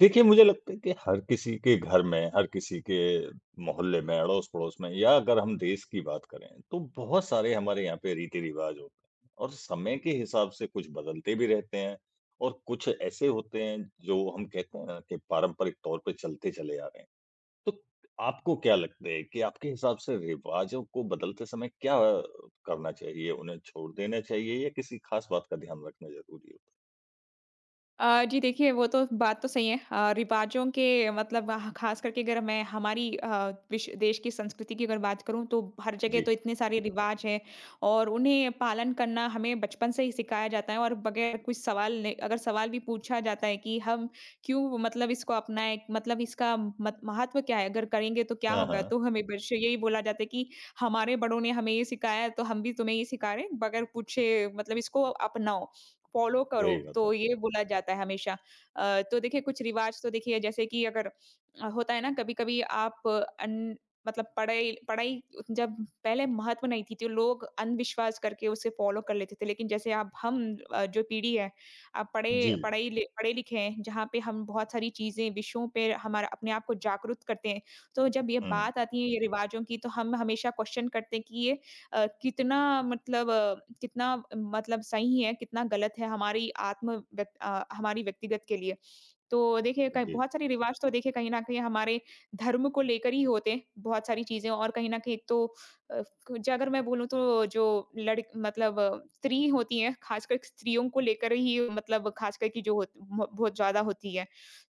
देखिए, मुझे लगता है कि हर किसी के घर में, हर किसी के मोहल्ले में, अड़ोस-पड़ोस में या अगर हम देश की बात करें, तो बहुत सारे हमारे यहाँ पे रीति-रिवाज होते हैं और समय के हिसाब से कुछ बदलते भी रहते हैं और कुछ ऐसे होते हैं जो हम कहते हैं ना कि पारंपरिक तौर पे चलते चले आ रहे हैं। तो आपको क्या लगता है कि आपके हिसाब से रिवाज़ों को बदलते समय क्या करना चाहिए? उन्हें छोड़ देना चाहिए या किसी खास बात का ध्यान रखना ज़रूरी होता जी देखिए, वो तो बात तो सही है। रिवाज़ों के मतलब ह ख़ास करके अगर मैं हमारी विश देश की संस्कृति की अगर बात करूँ तो हर है? जगह तो जी। इतने सारे रिवाज़ हैं और उन्हें पालन करना हमें बचपन से ही सिखाया जाता है और बगैर कुछ सवाल ने अगर सवाल भी पूछा जाता है कि हम क्यों मतलब इसको अपनाएँ, मतलब इसका मत महत्व क्या है? अगर करेंगे तो क्या हाँ, होगा? हाँ। तो हमें बस यही बोला जाता है कि हमारे बड़ों ने हमें ये सिखाया है तो हम भी तुम्हें ये सिखा रहे हैं, बगैर पूछे मतलब इसको अपनाओ। फ़ॉलो करो, सही बात है। तो ये बोला जाता है हमेशा। तो देखिए कुछ रिवाज़ तो देखिए जैसे कि अगर होता है ना कभी-कभी आप अन मतलब पढ़ाई पढ़ाई जब पहले महत्व नहीं थी, तो लोग अंधविश्वास करके उसे फ़ॉलो कर लेते थे। लेकिन जैसे अब हम जो पीढ़ी है, अब पढ़े जी। पढ़ाई लि पढ़े-लिखे हैं, जहाँ पे हम बहुत सारी चीज़ें, विषयों पे हमारा अपने आप को जागरूक करते हैं। तो जब ये हुँ। बात आती है ये रिवाज़ों की, तो हम हमेशा क्वेश्चन करते हैं कि ये अ, कितना मतलब अ, कितना मतलब सही है, कितना गलत है हमारी हमारी व्यक्तिगत के लिए। तो देखिए कई जी, बहुत सारे रिवाज तो देखिए कहीं न कहीं हमारे धर्म को लेकर ही होते हैं, बहुत सारी चीज़ें और कहीं न कहीं एक तो अ, ज अगर मैं बोलूँ तो जो लड़ मतलब स्त्री होती हैं, खासकर स्त्रियों को लेकर ही मतलब खासकर की जो होत म बहुत ज़्यादा होती है।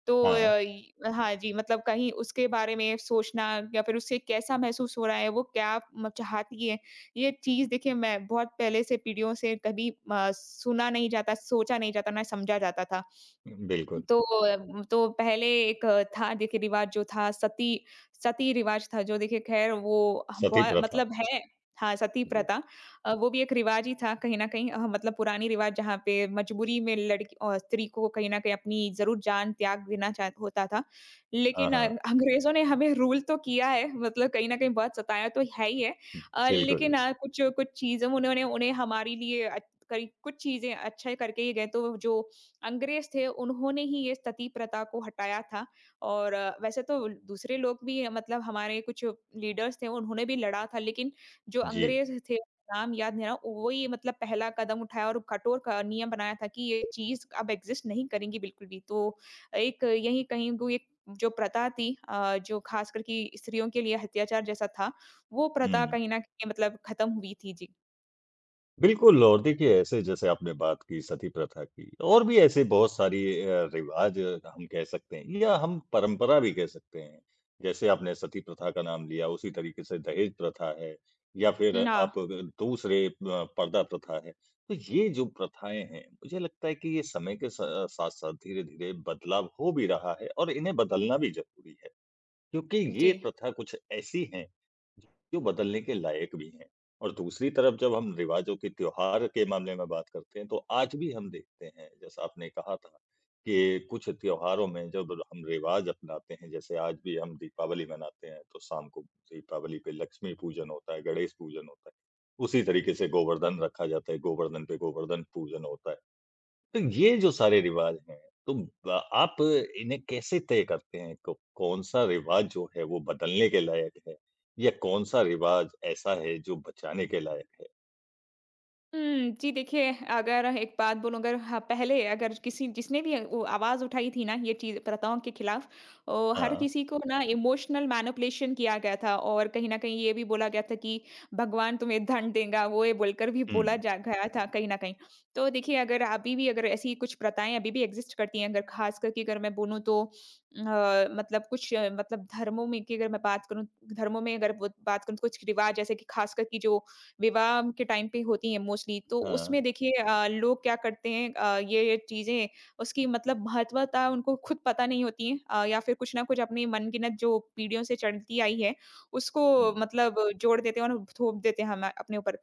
तो हाँ, इ हाँ जी, मतलब कहीं उसके बारे में सोचना या फिर उससे कैसा महसूस हो रहा है, वो क्या म चाहती है, ये चीज़ देखिए मैं बहुत पहले से पीढ़ियों से कभी सुना नहीं जाता, सोचा नहीं जाता, ना समझा जाता था। बिल्कुल, तो तो पहले एक था देखिए रिवाज जो था सती सती रिवाज था जो देखिए ख़ैर वो सती बहु प्रथा। मतलब है हाँ, सती जी, प्रथा। वो भी एक रिवाज ही था कहीं न कहीं मतलब पुरानी रिवाज जहाँ पे मजबूरी में लड़की और स्त्री को कहीं न कहीं अपनी ज़रूर जान त्याग देना चाह होता था। हाँ, लेकिन हाँ, अंग्रेज़ों ने हमें रूल तो किया है मतलब कहीं न कहीं बहुत सताया तो है ही है। लेकिन बिल्कुल, कुछ कुछ चीज़ें उन्होंने उन्हें हमारे लिए कई कुछ चीज़ें अच्छा करके ही गए तो जो अंग्रेज थे, उन्होंने ही ये सती प्रथा को हटाया था और वैसे तो दूसरे लोग भी मतलब हमारे कुछ लीडर्स थे, उन्होंने भी लड़ा था, लेकिन जो जी, अंग्रेज थे, नाम याद नहीं आ रहा, वही मतलब पहला कदम उठाया और कठोर क नियम बनाया था कि ये चीज़ अब एग्ज़िस्ट नहीं करेंगी बिल्कुल भी। तो एक यही कहीं वो एक जो प्रथा थी जो खास कर कि स्त्रियों के लिए अत्याचार जैसा था, वो प्रथा हुँ। कहीं न कहीं मतलब खत्म हुई थी। जी। बिल्कुल। और देखिए ऐसे जैसे आपने बात की सती प्रथा की, और भी ऐसे बहुत सारी रिवाज हम कह सकते हैं या हम परंपरा भी कह सकते हैं। जैसे आपने सती प्रथा का नाम लिया, उसी तरीके से दहेज प्रथा है या फिर हुँ, हाँ। आप अगर दूसरे पर्दा प्रथा है। तो ये जो प्रथाएँ हैं, मुझे लगता है कि ये समय के स साथ-साथ धीरे-धीरे बदलाव हो भी रहा है और इन्हें बदलना भी ज़रूरी है। क्योंकि जी। ये प्रथा कुछ ऐसी हैं, जो बदलने के लायक भी हैं। और दूसरी तरफ जब हम रिवाजों के त्योहार के मामले में बात करते हैं, तो आज भी हम देखते हैं, जैसा आपने कहा था कि कुछ त्योहारों में जब हम रिवाज अपनाते हैं, जैसे आज भी हम दीपावली मनाते हैं, तो शाम को दीपावली पे लक्ष्मी पूजन होता है, गणेश पूजन होता है। उसी तरीके से गोवर्धन रखा जाता है, गोवर्धन पे गोवर्धन पूजन होता है। तो ये जो सारे रिवाज हैं, तो ब आप इन्हें कैसे तय करते हैं? क कौन-सा रिवाज जो है वो बदलने के लायक है? या कौन-सा रिवाज ऐसा है जो बचाने के लायक है? हुँ, जी देखिए, अगर एक बात बोलूँ अगर हाँ, पहले अगर किसी जिसने भी वो आवाज़ उठाई थी ना ये चीज़ प्रथाओं के खिलाफ हर हाँ। किसी को ना इमोशनल मैनिपुलेशन किया गया था और कहीं न कहीं ये भी बोला गया था कि भगवान तुम्हें धन देगा, वो ये बोलकर भी बोला हुँ। जा गया था कहीं न कहीं। तो देखिए अगर अभी भी अगर ऐसी कुछ प्रथाएँ अभी भी एग्ज़िस्ट करती हैं, अगर ख़ास करके अगर मैं बोलूँ तो मतलब कुछ मतलब धर्मों में की अगर मैं बात करूँ, धर्मों में अगर ब बात करूँ तो कुछ रिवाज़ जैसे कि ख़ास कर कि जो विवाह के टाइम पे होती हैं मोस्टली, तो हाँ। उसमें देखिए लोग क्या करते हैं ये चीज़ें उसकी मतलब महत्वता उनको खुद पता नहीं होती है या फिर कुछ ना कुछ अपनी मनगिनत जो पीढ़ियों से चलती आई है, उसको हुँ। मतलब जोड़ देते हैं और थोप देते हैं हम अपने ऊपर।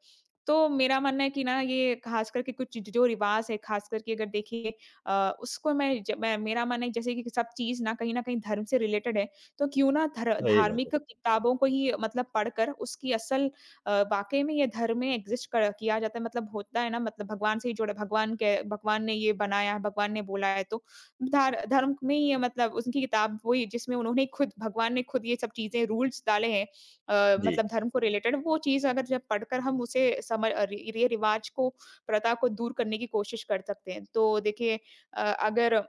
तो मेरा मानना है कि ना ये खास करके कुछ ज जो रिवाज़ है, खास करके अगर देखिए उसको मैं मेरा मानना है जैसे कि सब चीज़ ना कहीं न कहीं धर्म से रिलेटेड है, तो क्यों ना धर सही बात है। धार्मिक किताबों को ही मतलब पढ़कर उसकी असल वाक़ई में ये धर्म में एग्ज़िस्ट कर किया जाता है मतलब होता है ना मतलब भगवान से ही जुड़े भगवान के भगवान ने ये बनाया है, भगवान ने बोला है तो धार धर्म में ही ये मतलब उनकी किताब वही जिसमें उन्होंने खुद भगवान ने खुद ये सब चीज़ें रूल्स डाले हैं जी। मतलब धर्म को रिलेटेड वो चीज़ अगर जब पढ़कर हम उसे समझ रि रीति-रिवाज को, प्रथा को दूर करने की कोशिश कर सकते हैं। तो देखिए अगर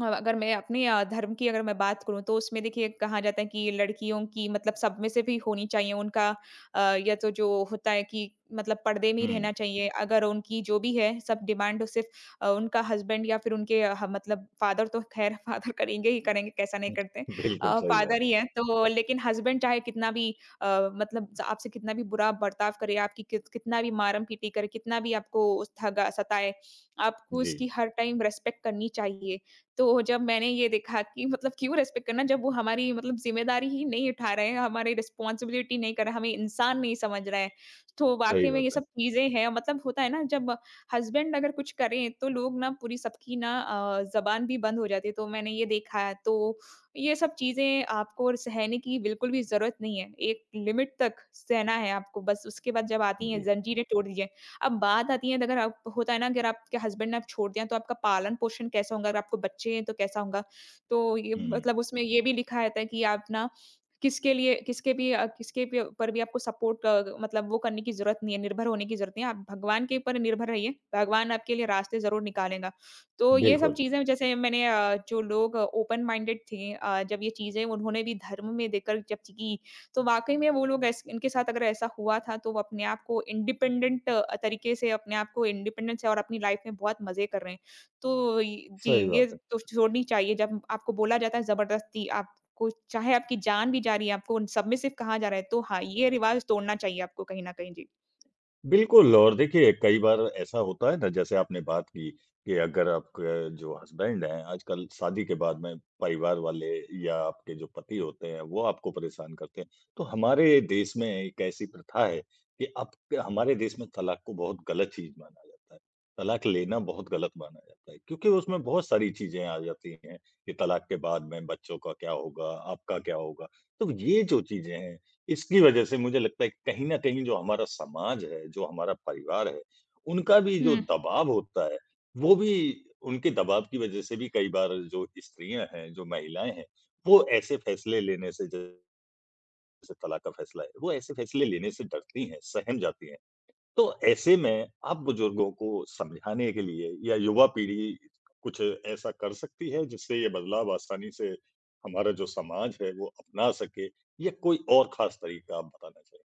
हाँ, अगर मैं अपने धर्म की अगर मैं बात करूँ तो उसमें देखिए कहा जाता है कि लड़कियों की मतलब सब में से भी होनी चाहिए उनका अ, या तो जो होता है कि मतलब पर्दे में ही हुँ, रहना चाहिए। अगर उनकी जो भी है सब डिमांड सिर्फ़ उनका हस्बैंड या फिर उनके ह मतलब फादर तो ख़ैर फादर करेंगे ही करेंगे कैसा नहीं हुँ। करते। बिल्कुल सही बात फादर है। ही हैं तो लेकिन हस्बैंड चाहे कितना भी अ, मतलब ज आपसे कितना भी बुरा बर्ताव करे, आपकी कितना भी मारम-पीटी करे, कितना भी आपको उस ठगा सताए, आपको जी, उसकी हर टाइम रिस्पेक्ट करनी चाहिए। तो जब मैंने ये देखा कि मतलब क्यों रिस्पेक्ट करना जब वो हमारी मतलब ज़िम्मेदारी ही नहीं उठा रहे हैं, हमारी रिस्पॉन्सिबिलिटी नहीं कर रहा, हमें इंसान नहीं समझ रहा है। तो वाक़ई सही में बात ये है। सब चीज़ें हैं मतलब होता है ना जब हस्बैंड अगर कुछ करें तो लोग ना पूरी सबकी ना ज़बान भी बंद हो जाती है, तो मैंने ये देखा है। तो ये सब चीज़ें आपको सहने की बिल्कुल भी ज़रूरत नहीं है। एक लिमिट तक सहना है आपको बस उसके बाद जब आती हैं जी। ज़ंजीरें तोड़ दी जाएँ। अब बात आती है अगर आप होता है ना अगर आपके हस्बैंड ने आप छोड़ दिया तो आपका पालन-पोषण कैसा होगा? अगर आपको बच्चे हैं तो कैसा होगा? तो ये हुँ, मतलब उसमें ये भी लिखा रहता है कि आप ना किसके लिए किसके भी किसके भी ऊपर भी आपको सपोर्ट मतलब वो करने की ज़रूरत नहीं है, निर्भर होने की ज़रूरत नहीं है। आप भगवान के ऊपर निर्भर रहिए, भगवान आपके लिए रास्ते ज़रूर निकालेगा। तो ये सब बिल्कुल, चीज़ें जैसे मैंने जो लोग ओपन माइंडेड थे जब ये चीज़ें उन्होंने भी धर्म में देखकर जब की, तो वाक़ई में वो लोग ऐस इनके साथ अगर ऐसा हुआ था, तो वो अपने आप को इंडिपेंडेंट तरीके से अपने आप को इंडिपेंडेंस से और अपनी लाइफ़ में बहुत मज़े कर रहे हैं। तो इ जी, सही ये बात है। तो छोड़नी चाहिए जब आपको बोला जाता है ज़बरदस्ती आप कुछ चाहे आपकी जान भी जा रही है, आपको उन सब में सिर्फ़ कहा जा रहा है, तो हाँ, ये रिवाज़ तोड़ना चाहिए आपको कहीं न कहीं। जी। बिल्कुल। और देखिए कई बार ऐसा होता है ना, जैसे आपने बात की कि अगर आपके जो हस्बैंड हैं, आजकल शादी के बाद में परिवार वाले या आपके जो पति होते हैं वो आपको परेशान करते हैं, तो हमारे देश में एक ऐसी प्रथा है कि अब हमारे देश में तलाक को बहुत गलत चीज माना जाता है। तलाक लेना बहुत गलत माना जाता है, क्योंकि उसमें बहुत सारी चीजें आ जाती हैं कि तलाक के बाद में बच्चों का क्या होगा, आपका क्या होगा। तो ये जो चीजें हैं, इसकी वजह से मुझे लगता है कि कहीं न कहीं जो हमारा समाज है, जो हमारा परिवार है, उनका भी जो दबाव होता है, वो भी उनके दबाव की वजह से भी कई बार जो स्त्रियाँ हैं, जो महिलाएँ हैं, वो ऐसे फैसले लेने से, जैसे तलाक का फैसला है, वो ऐसे फैसले लेने से डरती हैं, सहम जाती हैं। तो ऐसे में आप बुजुर्गों को समझाने के लिए या युवा पीढ़ी कुछ ऐसा कर सकती है जिससे ये बदलाव आसानी से हमारा जो समाज है वो अपना सके, या कोई और ख़ास तरीका आप बताना चाहें?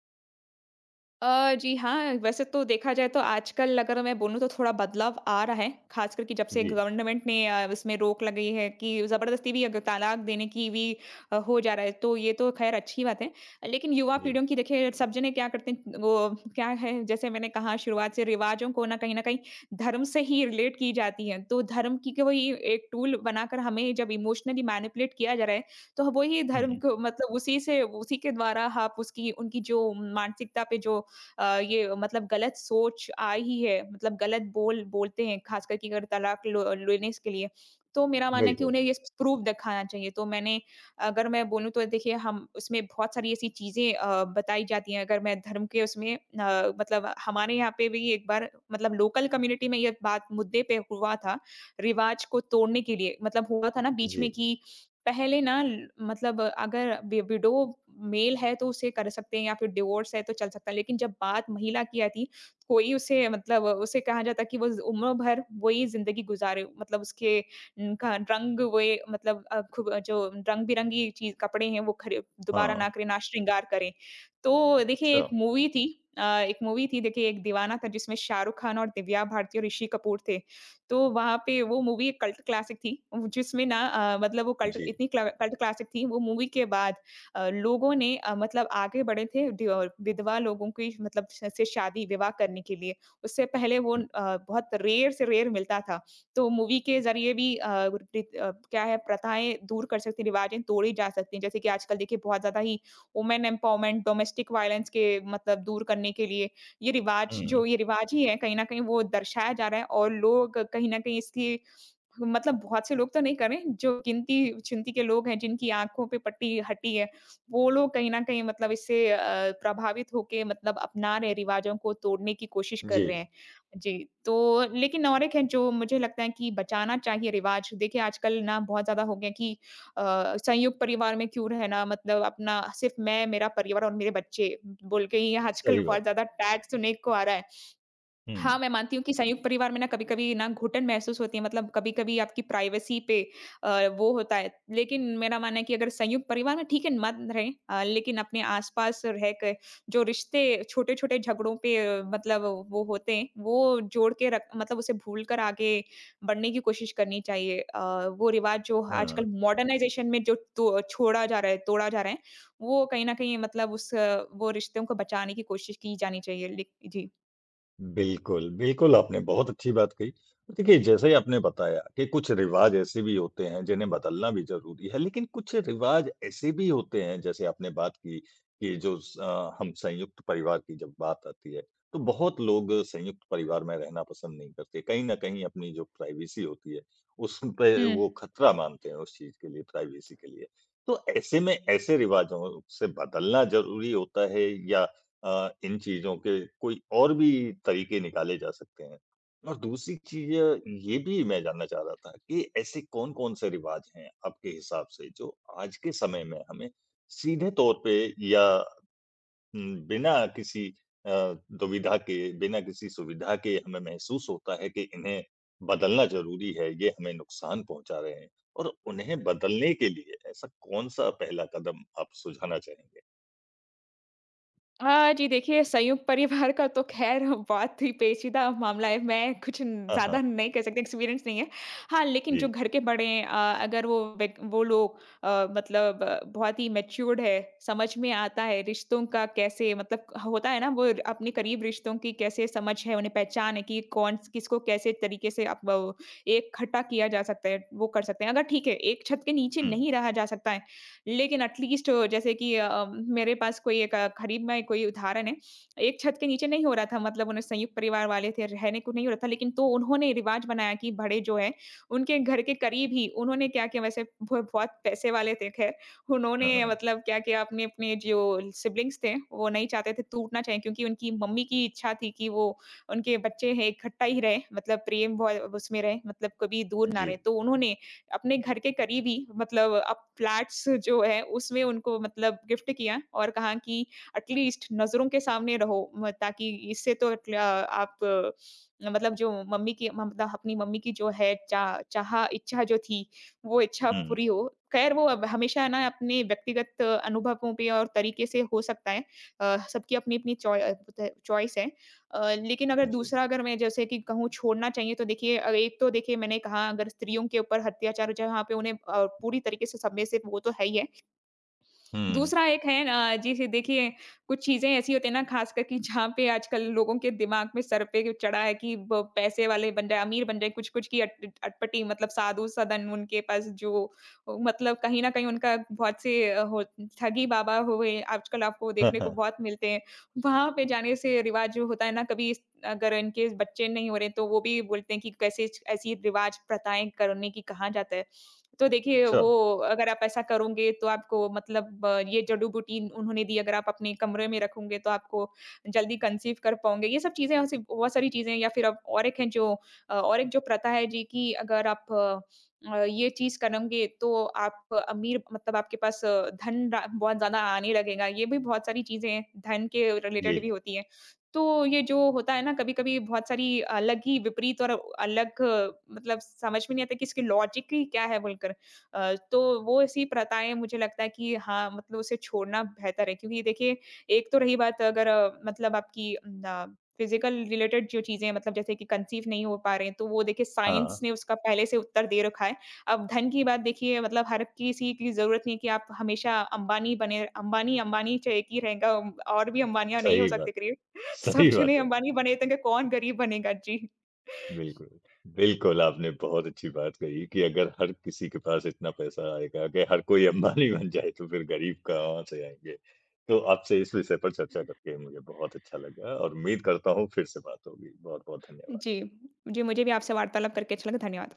जी हाँ, वैसे तो देखा जाए तो आजकल अगर मैं बोलूँ तो थोड़ा बदलाव आ रहा है, ख़ासकर कि जब से जी, गवर्नमेंट ने इसमें रोक लगाई है कि ज़बरदस्ती भी अग तलाक देने की भी हो जा रहा है, तो ये तो ख़ैर अच्छी बात है। लेकिन युवा जी। पीढ़ियों की देखिए सब जने क्या करते हैं, वो क्या है जैसे मैंने कहा शुरुआत से रिवाज़ों को ना कहीं न कहीं धर्म से ही रिलेट की जाती है। तो धर्म की कोई एक टूल बनाकर हमें जब इमोशनली मैनिपुलेट किया जा रहा है, तो वही धर्म हुँ। को मतलब उसी से उसी के द्वारा आप उसकी उनकी जो मानसिकता पे जो ये मतलब गलत सोच आई ही है मतलब गलत बोल बोलते हैं खास करके अगर तलाक लो लेने के लिए। तो मेरा मानना है कि बिल्कुल, उन्हें ये प्रूफ दिखाना चाहिए। तो मैंने अगर मैं बोलूँ तो देखिए हम उसमें बहुत सारी ऐसी चीज़ें बताई जाती हैं अगर मैं धर्म के उसमें मतलब हमारे यहाँ पे भी एक बार मतलब लोकल कम्युनिटी में ये बात मुद्दे पे हुआ था, रिवाज को तोड़ने के लिए मतलब हुआ था ना बीच में जी। कि पहले ना ल मतलब अगर वि विडो मेल है तो उसे कर सकते हैं या फिर डिवोर्स है तो चल सकता है। लेकिन जब बात महिला की आती, कोई उसे कहा जाता है कि वो ज़ उम्र भर वही ज़िंदगी गुज़ारे। मतलब उसके का रंग वे मतलब खूब जो रंग-बिरंगी चीज़ कपड़े हैं वो खरे दोबारा हाँ, ना करें, ना श्रृंगार करें। तो देखिए अच्छा, एक मूवी थी देखिए एक दीवाना था जिसमें शाहरुख खान और दिव्या भारती और ऋषि कपूर थे। तो वहाँ पे वो मूवी एक कल्ट क्लासिक थी, जिसमें ना मतलब वो जी। कल्ट क्लासिक थी, वो मूवी के बाद लोगों ने मतलब आगे बढ़े थे विधवा लोगों की मतलब श से शादी विवाह करने के लिए। उससे पहले वो हुँ, बहुत रेयर से रेयर मिलता था। तो मूवी के ज़रिए भी क्या है प्रथाएँ दूर कर सकते हैं, रिवाजें तोड़ी जा सकती हैं। जैसे कि आजकल देखिए बहुत ज़्यादा ही वुमेन एम्पावरमेंट, डोमेस्टिक वायलेंस के मतलब दूर करने के लिए हुँ, ये रिवाज ही है, कहीं न कहीं वो दर्शाया जा रहा है और लोग कहीं न कहीं इसकी मतलब बहुत से लोग तो नहीं करें, जो गिनती-चुनती के लोग हैं, जिनकी आँखों पे पट्टी हटी है, वो लोग कहीं न कहीं मतलब इससे प्रभावित होके मतलब अपना रहे रिवाजों को तोड़ने की कोशिश कर जी, रहे हैं। जी, तो लेकिन और एक है जो मुझे लगता है कि बचाना चाहिए रिवाज। देखिए आजकल ना बहुत ज़्यादा हो गया कि अ, संयुक्त परिवार में क्यों रहना मतलब अपना सिर्फ़ मैं, मेरा परिवार और मेरे बच्चे बोल के ही आजकल सही बहुत बात। ज़्यादा टैग सुनने को आ रहा है। हाँ, हुँ, मैं मानती हूँ कि संयुक्त परिवार में ना कभी-कभी ना घुटन महसूस होती है मतलब कभी-कभी आपकी प्राइवेसी पे वो होता है। लेकिन मेरा मानना है कि अगर संयुक्त परिवार में ठीक है मत रहें, लेकिन अपने आस-पास रह के जो रिश्ते छोटे-छोटे झगड़ों पे मतलब वो होते हैं, वो जोड़ के रख मतलब उसे भूलकर आगे बढ़ने की कोशिश करनी चाहिए। वो रिवाज़ जो आजकल हाँ। मॉडर्नाइज़ेशन में जो तो छोड़ा जा रहा है तोड़ा जा रहा है, वो कहीं न कहीं मतलब वो रिश्तों को बचाने की कोशिश की जानी चाहिए। लेक जी। बिल्कुल, बिल्कुल, आपने बहुत अच्छी बात कही। देखिए, जैसे ही आपने बताया कि कुछ रिवाज ऐसे भी होते हैं जिन्हें बदलना भी ज़रूरी है, लेकिन कुछ रिवाज ऐसे भी होते हैं, जैसे आपने बात की कि हम संयुक्त परिवार की जब बात आती है, तो बहुत लोग संयुक्त परिवार में रहना पसंद नहीं करते। कहीं न कहीं अपनी जो प्राइवेसी होती है, उस पे हुँ। वो खतरा मानते हैं उस चीज़ के लिए, प्राइवेसी के लिए। तो ऐसे में ऐसे रिवाजों से बदलना ज़रूरी होता है, या इन चीज़ों के कोई और भी तरीके निकाले जा सकते हैं। और दूसरी चीज़ ये भी मैं जानना चाह रहा था कि ऐसे कौन-कौन से रिवाज हैं आपके हिसाब से जो आज के समय में हमें सीधे तौर पे या बिना किसी अ, दुविधा के, बिना किसी सुविधा के हमें महसूस होता है कि इन्हें बदलना ज़रूरी है, ये हमें नुकसान पहुँचा रहे हैं। और उन्हें बदलने के लिए ऐसा कौन-सा पहला कदम आप सुझाना चाहेंगे? जी देखिए, संयुक्त परिवार का तो ख़ैर बहुत ही पेचीदा मामला है। मैं कुछ न हाँ, ज़्यादा हाँ। नहीं कह सकती, एक्सपीरियंस नहीं है। हाँ, लेकिन जो जी। घर के बड़े हैं, अगर वो लोग मतलब बहुत ही मैच्योर्ड है, समझ में आता है रिश्तों का कैसे मतलब होता है ना, वो अपने करीब रिश्तों की कैसे समझ है, उन्हें पहचान है कि कौन किसको कैसे तरीके से आप एक इकट्ठा किया जा सकता है, वो कर सकते हैं। अगर ठीक है, एक छत के नीचे हुँ। नहीं रहा जा सकता है, लेकिन एटलीस्ट जैसे कि मेरे पास कोई एक करीब में कोई उदाहरण है, एक छत के नीचे नहीं हो रहा था मतलब उन्हें, संयुक्त परिवार वाले थे, रहने को नहीं हो रहा था, लेकिन तो उन्होंने रिवाज बनाया कि बड़े जो हैं, उनके घर के करीब ही उन्होंने क्या किया, वैसे ब बहुत पैसे वाले थे खैर, हाँ, उन्होंने हाँ। मतलब क्या किया, अपने अपने जो सिब्लिंग्स थे, वो नहीं चाहते थे टूटना चाहिए क्योंकि उनकी मम्मी की इच्छा थी कि वो उनके बच्चे हैं, इकट्ठा ही रहें, मतलब प्रेम भ उसमें रहें, मतलब कभी दूर ना जी। रहें। तो उन्होंने अपने घर के करीब ही मतलब अप फ्लैट्स जो है उसमें उनको मतलब गिफ्ट किया और कहा कि एटलीस्ट नज़रों के सामने रहो, म ताकि इससे तो एट ल आप मतलब जो मम्मी की, म मतलब अपनी मम्मी की जो है चा चाह इच्छा जो थी, वो इच्छा हुँ, पूरी हो। खैर, वो अब हमेशा ना अपने व्यक्तिगत अनुभवों पे और तरीके से हो सकता है। सबकी अपनी-अपनी चॉइस है। लेकिन जी। अगर मैं जैसे कि कहूँ छोड़ना चाहिए, तो देखिए एक तो देखिए मैंने कहा, अगर स्त्रियों के ऊपर अत्याचार जहाँ पे उन्हें पूरी तरीके से सबमिसिव, वो तो है ही है। हुँ। दूसरा एक है, जी से देखिए कुछ चीज़ें ऐसी होती हैं ना, ख़ासकर कि जहाँ पे आजकल लोगों के दिमाग में सर पे चढ़ा है कि ब पैसे वाले बन जाए, अमीर बन जाए, कुछ-कुछ की अट अटपटी मतलब साधु-सदन उनके पास जो मतलब कहीं न कहीं उनका बहुत से अ, हो ठगी बाबा हुए आजकल आपको देखने को बहुत मिलते हैं। वहाँ पे जाने से रिवाज जो होता है ना, कभी इस अगर इनके बच्चे नहीं हो रहे तो वो भी बोलते हैं कि कैसे ऐसी रिवाज प्रथाएँ करने की कहा जाता है। तो देखिए अच्छा, वो, अगर आप ऐसा करोगे तो आपको मतलब ये जड़ी-बूटी उन्होंने दी, अगर आप अपने कमरे में रखोगे तो आपको जल्दी कंसीव कर पाओगे। ये सब चीज़ें ऐसी बहुत सारी चीज़ें हैं, या फिर अब और एक जो प्रथा है जी, कि अगर आप ये चीज़ करेंगे तो आप अमीर, मतलब आपके पास धन रा बहुत ज़्यादा आने लगेगा। ये भी बहुत सारी चीज़ें हैं, धन के जी। रिलेटेड भी होती हैं। तो ये जो होता है ना, कभी-कभी बहुत सारी अलग ही विपरीत और अलग, मतलब समझ में नहीं आता कि इसकी लॉजिक ही क्या है बोलकर। तो वो ऐसी प्रथाएँ मुझे लगता है कि हाँ, मतलब उसे छोड़ना बेहतर है, क्योंकि देखिए एक तो रही बात अगर, मतलब आपकी न फिज़िकल रिलेटेड जो चीज़ें हैं मतलब जैसे कि कंसीव नहीं हो पा रहे हैं, तो वो देखिए साइंस हाँ, ने उसका पहले से उत्तर दे रखा है। अब धन की बात देखिए, मतलब हर किसी की ज़रूरत नहीं है कि आप हमेशा अंबानी बने। अंबानी, अंबानी च एक ही रहेगा, और भी अंबानियाँ नहीं हो सही सकते। बात, सब सही बात चने है। अंबानी बने थे, कौन गरीब बनेगा? जी। बिल्कुल, बिल्कुल, आपने बहुत अच्छी बात कही कि अगर हर किसी के पास इतना पैसा आएगा कि हर कोई अंबानी बन जाए, तो फिर गरीब कहाँ से आएँगे। तो आपसे इस विषय पर चर्चा करके मुझे बहुत अच्छा लगा और उम्मीद करता हूँ फिर से बात होगी। बहुत-बहुत धन्यवाद। जी, जी, मुझे भी आपसे वार्तालाप करके अच्छा लगा, धन्यवाद।